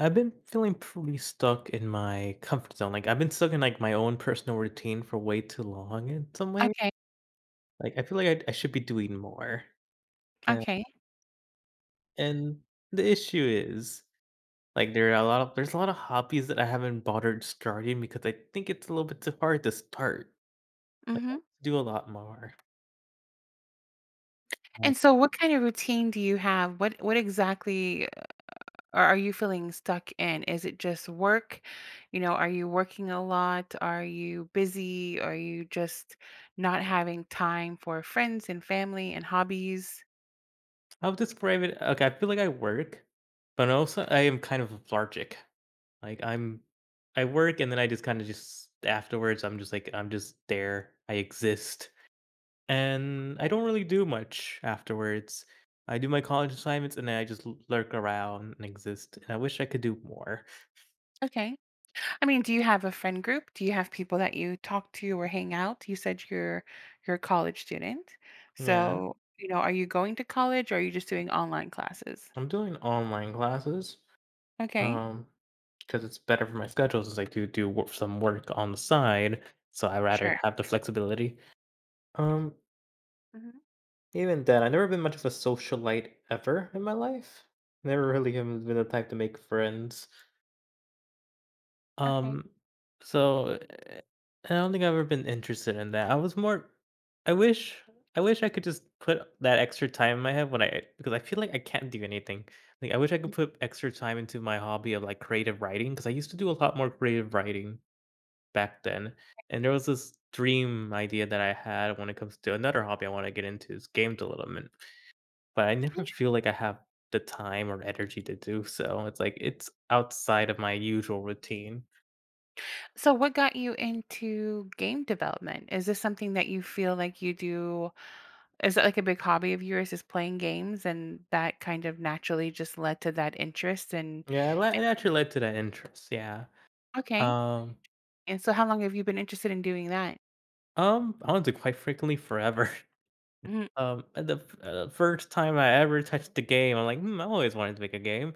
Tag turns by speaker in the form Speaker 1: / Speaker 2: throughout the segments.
Speaker 1: I've been feeling pretty stuck in my comfort zone. Like I've been stuck in like my own personal routine for way too long in some way.
Speaker 2: Okay,
Speaker 1: Like I feel like I should be doing more. And,
Speaker 2: okay.
Speaker 1: and the issue is like there's a lot of hobbies that I haven't bothered starting because I think it's a little bit too hard to start
Speaker 2: Mhm.
Speaker 1: do a lot more. Uh,
Speaker 2: And so what kind of routine do you have? What exactly are you feeling stuck in? Is it just work? You know, are you working a lot? Are you busy? Are you just not having time for friends and family and hobbies?
Speaker 1: I'll describe it. Okay, I feel like I work, but also I am kind of lethargic. Like, I work and then I just kinda just afterwards, I'm just like, I'm just there. I exist. And I
Speaker 2: Okay.
Speaker 1: don't really do much afterwards. I do my college assignments and then I just l lurk around and exist, and I wish I could do more.
Speaker 2: Okay. I mean, do you have a friend group? Do you have people that you talk to or hang out? You said you're a college student.
Speaker 1: Yeah,
Speaker 2: So, are you going to college or are you just doing online classes?
Speaker 1: I'm doing online classes,
Speaker 2: Okay.
Speaker 1: um, because it's better for my schedule since I do do wor some work on the side, so I rather
Speaker 2: Sure.
Speaker 1: have the flexibility. Um Even then, I've never been much of a socialite ever in my life. Never really have been the type to make friends.
Speaker 2: Okay.
Speaker 1: Um, so eh, I don't think I've ever been interested in that. I was more. I wish. I wish I could just put that extra time I have when I because I feel like I can't do anything. Like I wish I could put extra time into my hobby of like creative writing because I used to do a lot more creative writing back then. And there was this dream idea that I had when it comes to another hobby I want to get into is game development but I never
Speaker 2: Inter-
Speaker 1: feel like I have the time or energy to do so. It's like it's outside of my usual routine.
Speaker 2: So, what got you into game development? Is this something that you feel like you do? Is it like a big hobby of yours, is playing games, and that kind of naturally just led to that interest? And
Speaker 1: Yeah, it, le- it actually led to that interest. Yeah.
Speaker 2: okay.
Speaker 1: Um.
Speaker 2: And so, how long have you been interested in doing that?
Speaker 1: I wanted to quite frequently forever.
Speaker 2: Mm,
Speaker 1: And The f- first time I ever touched the game, I'm like, hmm, I always wanted to make a game.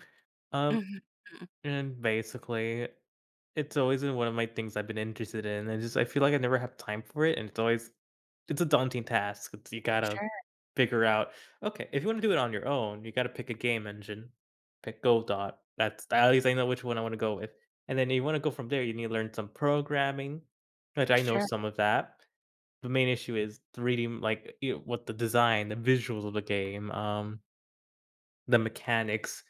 Speaker 1: Um.
Speaker 2: mhm, mm.
Speaker 1: And basically, it's always been one of my things I've been interested in, and just I feel like I never have time for it, and it's always it's a daunting task. It's, you gotta
Speaker 2: Sure,
Speaker 1: figure out, okay, if you want to do it on your own, you gotta pick a game engine, pick GoDot. That's at least I know which one I want to go with, and then you want to go from there. You need to learn some programming, which I know
Speaker 2: sure.
Speaker 1: some of that. The main issue is the reading, like you know, what the design, the visuals of the game, the mechanics.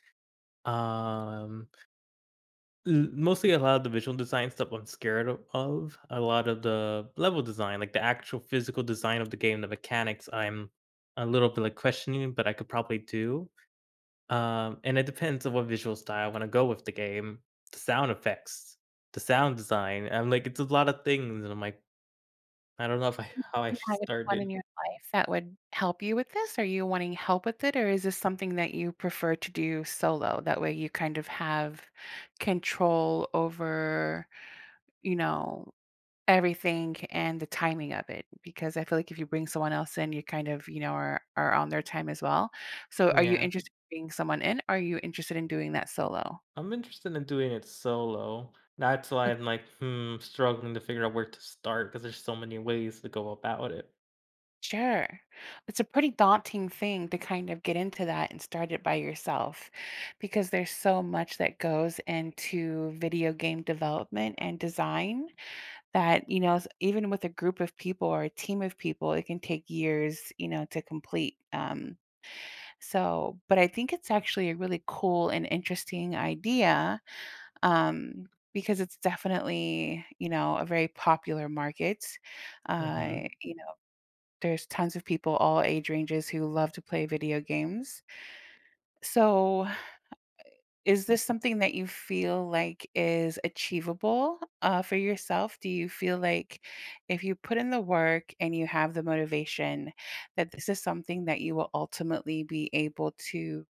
Speaker 1: Um, L mostly a lot of the visual design stuff I'm scared o of. A lot of the level design, like the actual physical design of the game, the mechanics, I'm a little bit, like, questioning, but I could probably do. And it depends on what visual style I wanna go with the game, the sound effects, the sound design, I'm like, it's a lot of things, and I'm like, I don't know if I how I
Speaker 2: You
Speaker 1: should
Speaker 2: have
Speaker 1: start
Speaker 2: anyone
Speaker 1: it.
Speaker 2: in your life that would help you with this? Are you wanting help with it, or is this something that you prefer to do solo? That way, you kind of have control over, you know everything and the timing of it, because I feel like if you bring someone else in, you kind of, are on their time as well. So are you
Speaker 1: Yeah.
Speaker 2: interested in bringing someone in, or are you interested in doing that solo?
Speaker 1: I'm interested in doing it solo. That's why
Speaker 2: Ok.
Speaker 1: I'm like, hmm, struggling to figure out where to start because there's so many ways to go about it.
Speaker 2: Sure. It's a pretty daunting thing to kind of get into that and start it by yourself, because there's so much that goes into video game development and design that, you know, s even with a group of people or a team of people, it can take years, to complete. So, but I think it's actually a really cool and interesting idea, um, because it's definitely, a very popular market.
Speaker 1: Mhm.
Speaker 2: Uh, you know, there's tons of people, all age ranges, who love to play video games. So, is this something that you feel like is achievable, for yourself? Do you feel like, if you put in the work and you have the motivation, that this is something that you will ultimately be able to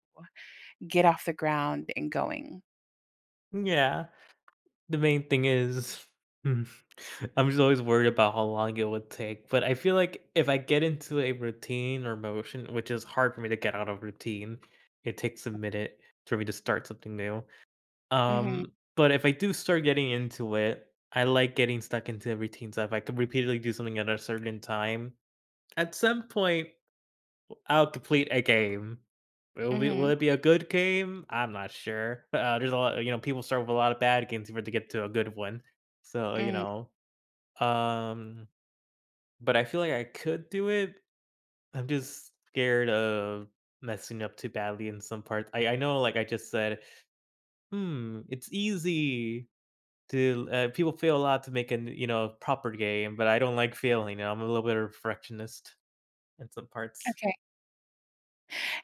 Speaker 2: get off the ground and going?
Speaker 1: Yeah. The main thing is hmm, I'm just always worried about how long it would take, but I feel like if I get into a routine or motion, which is hard for me to get out of routine, it takes a minute for me to start something new.
Speaker 2: Mhm,
Speaker 1: But if I do start getting into it, I like getting stuck into routines. If I could repeatedly do something at a certain time, at some point I'll complete a game. Will be will
Speaker 2: mhm,
Speaker 1: it be a good game? I'm not sure. There's a lot you know, people start with a lot of bad games in order to get to a good one. So, you
Speaker 2: mm,
Speaker 1: know, um, but I feel like I could do it. I'm just scared of messing up too badly in some parts. I know like I just said, "Hmm, it's easy to people fail a lot to make a you know, proper game," but I don't like failing, and I'm a little bit of a perfectionist in some parts.
Speaker 2: okay,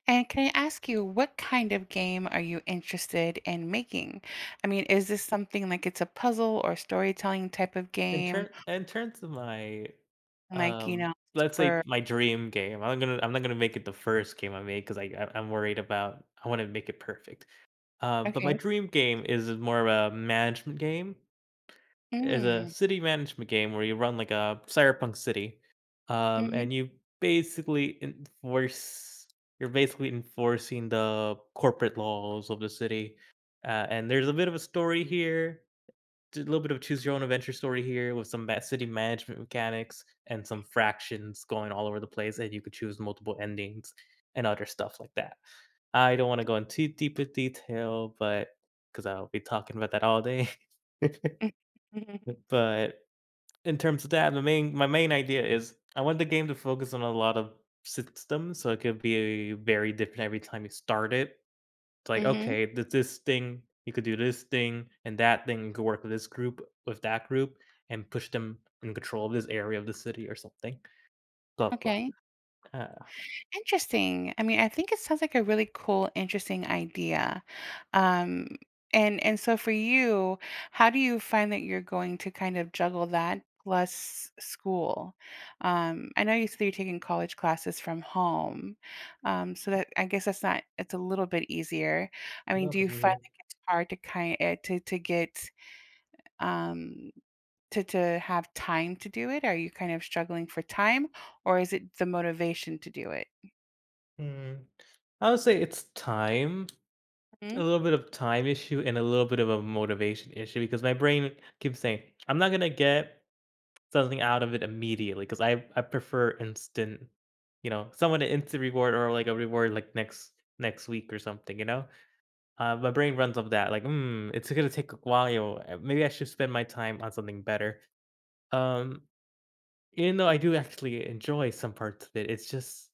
Speaker 2: and can I ask you, what kind of game are you interested in making? I mean, is this something like it's a puzzle or storytelling type of
Speaker 1: In turn,
Speaker 2: game?
Speaker 1: in terms of my,
Speaker 2: Like, you
Speaker 1: um,
Speaker 2: know,
Speaker 1: let's say
Speaker 2: super
Speaker 1: my dream game, I'm not gonna make it the first game I make 'cause I'm worried about I wanna make it perfect. But my
Speaker 2: okay.
Speaker 1: dream game is more of a management game, is a
Speaker 2: Mm,
Speaker 1: city management game where you run like a cyberpunk city,
Speaker 2: mhm,
Speaker 1: and you basically enforce you're basically enforcing the corporate laws of the city, and there's a bit of a story here, did a little bit of choose your own adventure story here with some ma- city management mechanics and some fractions going all over the place, and you could choose multiple endings and other stuff like that. I don't want to go into deep of detail, but because I'll be talking about that all day.
Speaker 2: mhm, mhm,
Speaker 1: but in terms of that, the main my main idea is I want the game to focus on a lot of systems, so it could be very different every time you start it it's like, okay, th- this thing, you could do this thing and that thing, you could work with this group, with that group, and push them in control of this area of the city or something. Blah, blah.
Speaker 2: okay.
Speaker 1: Uh,
Speaker 2: Interesting. I mean, I think it sounds like a really cool, interesting idea. Um, and so for you, how do you find that you're going to kind of juggle that plus school? I know you said you're taking college classes from home, so that, I guess that's not, it's a little bit easier. I mean, do you
Speaker 1: nobody
Speaker 2: find
Speaker 1: there.
Speaker 2: like it's hard to kind to get, um, to have time to do it? Are you kind of struggling for time, or is it the motivation to do it?
Speaker 1: Hmm. I would say it's time,
Speaker 2: Hmm?
Speaker 1: a little bit of time issue and a little bit of a motivation issue because my brain keeps saying, I'm not going to get something out of it immediately because I prefer instant, you know, someone an instant reward or like a reward like next week or something, you know? My brain runs off that, like, "Mm, it's gonna take a while, maybe I should spend my time on something better." Um, even though I do actually enjoy some parts of it, it's just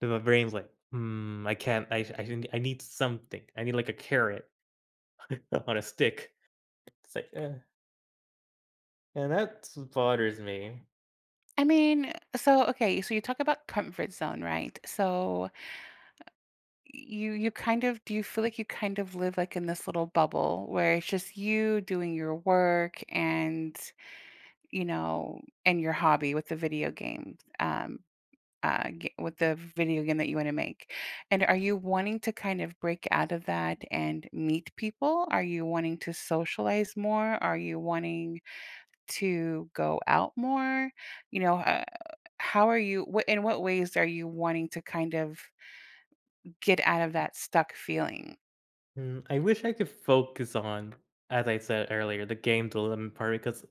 Speaker 1: that my brain's like, "Hmm, I can't I n I need something. I need, like, a carrot on a stick." It's like, "Ugh," and that bothers me.
Speaker 2: I mean, so okay, so you talk about comfort zone, right? So you kind of, do you feel like you kind of live like in this little bubble where it's just you doing your work, and and your hobby with the video game, with the video game that you want to make. And are you wanting to kind of break out of that and meet people? Are you wanting to socialize more? Are you wanting to go out more? you know, uh, how are you what in what ways are you wanting to kind of get out of that stuck feeling?
Speaker 1: Mm, I wish I could focus on, as I said earlier, the game dilemma part because,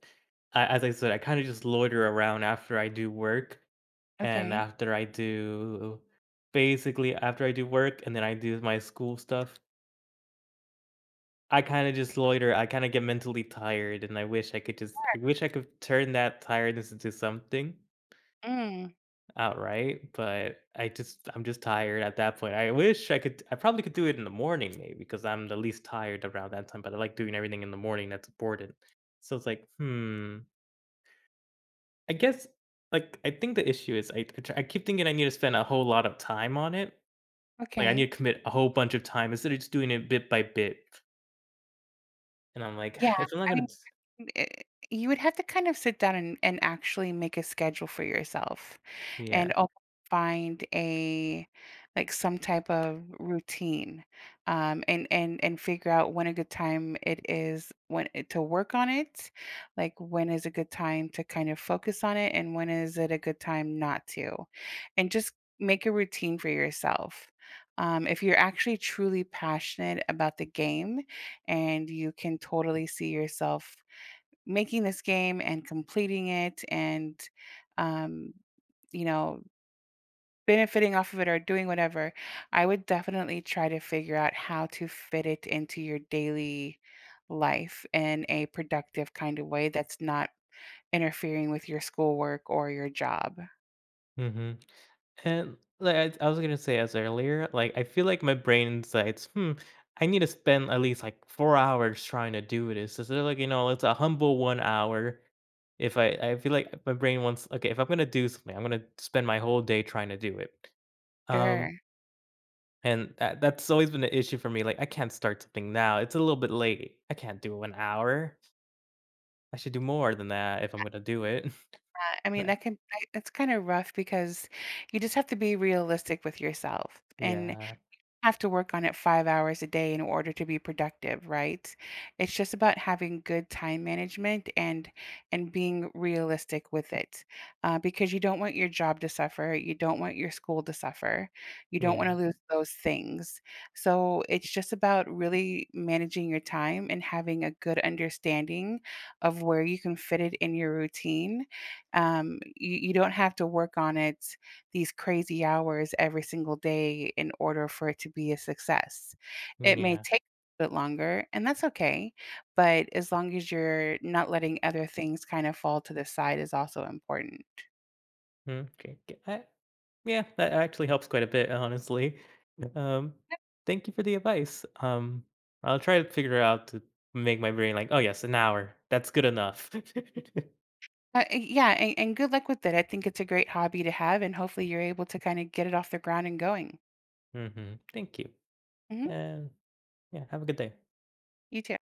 Speaker 1: a as I said, I kinda just loiter around after I do work, and
Speaker 2: Okay.
Speaker 1: after I do basically, after I do work and then I do my school stuff, I kinda just loiter, I kinda get mentally tired, and I wish I could turn that tiredness into something.
Speaker 2: Mm,
Speaker 1: Outright, but I'm just tired at that point. I probably could do it in the morning maybe because I'm the least tired around that time, but I like doing everything in the morning that's important. So it's like, hmm, I guess like I think the issue is I keep thinking I need to spend a whole lot of time on it. Like I
Speaker 2: okay.
Speaker 1: need to commit a whole bunch of time instead of just doing it bit by bit. And I'm like,
Speaker 2: Yeah,
Speaker 1: if I'm not
Speaker 2: I
Speaker 1: gonna,
Speaker 2: mean,
Speaker 1: s-
Speaker 2: eh, you would have to kind of sit down and actually make a schedule for yourself, and
Speaker 1: yeah,
Speaker 2: also find a like some type of routine, and figure out when a good time it is, to work on it, like when is a good time to kind of focus on it and when is it a good time not to, and just make a routine for yourself. If you're actually truly passionate about the game and you can totally see yourself making this game and completing it and, um, you know benefiting off of it or doing whatever, I would definitely try to figure out how to fit it into your daily life in a productive kind of way that's not interfering with your schoolwork or your job.
Speaker 1: mm-hmm. And, like, I was gonna say as earlier, like, I feel like my brain says, "Hmm, I need to spend at least, like, 4 hours trying to do this." Instead of, like, you know, it's a humble 1 hour. If I I feel like my brain wants, "Okay, if I'm gonna do something, I'm gonna spend my whole day trying to do it." Um,
Speaker 2: Sure.
Speaker 1: and that's always been an issue for me, like, I can't start something now, it's a little bit late. I can't do an hour. I should do more than that if I'm gonna do it.
Speaker 2: I mean,
Speaker 1: But
Speaker 2: that can, that's kind of rough because you just have to be realistic with yourself. And
Speaker 1: yeah,
Speaker 2: have to work on it 5 hours a day in order to be productive, right? It's just about having good time management and being realistic with it, because you don't want your job to suffer, you don't want your school to suffer, you don't wanna
Speaker 1: yeah,
Speaker 2: lose those things. So, it's just about really managing your time and having a good understanding of where you can fit it in your routine. You don't have to work on it these crazy hours every single day in order for it to be a success. It may
Speaker 1: yeah.
Speaker 2: take a bit longer, and that's okay, but as long as you're not letting other things kind of fall to the side is also important.
Speaker 1: Mm, 'kay, 'kay, I Yeah, that actually helps quite a bit, honestly. Um, thank you for the advice. I'll try to figure out to make my brain like, oh yes, an hour. That's good enough.
Speaker 2: Yeah, and, good luck with it. I think it's a great hobby to have, and hopefully you're able to kind of get it off the ground and going.
Speaker 1: hmm Thank you,
Speaker 2: Hmm.
Speaker 1: and yeah, have a good day.
Speaker 2: You too.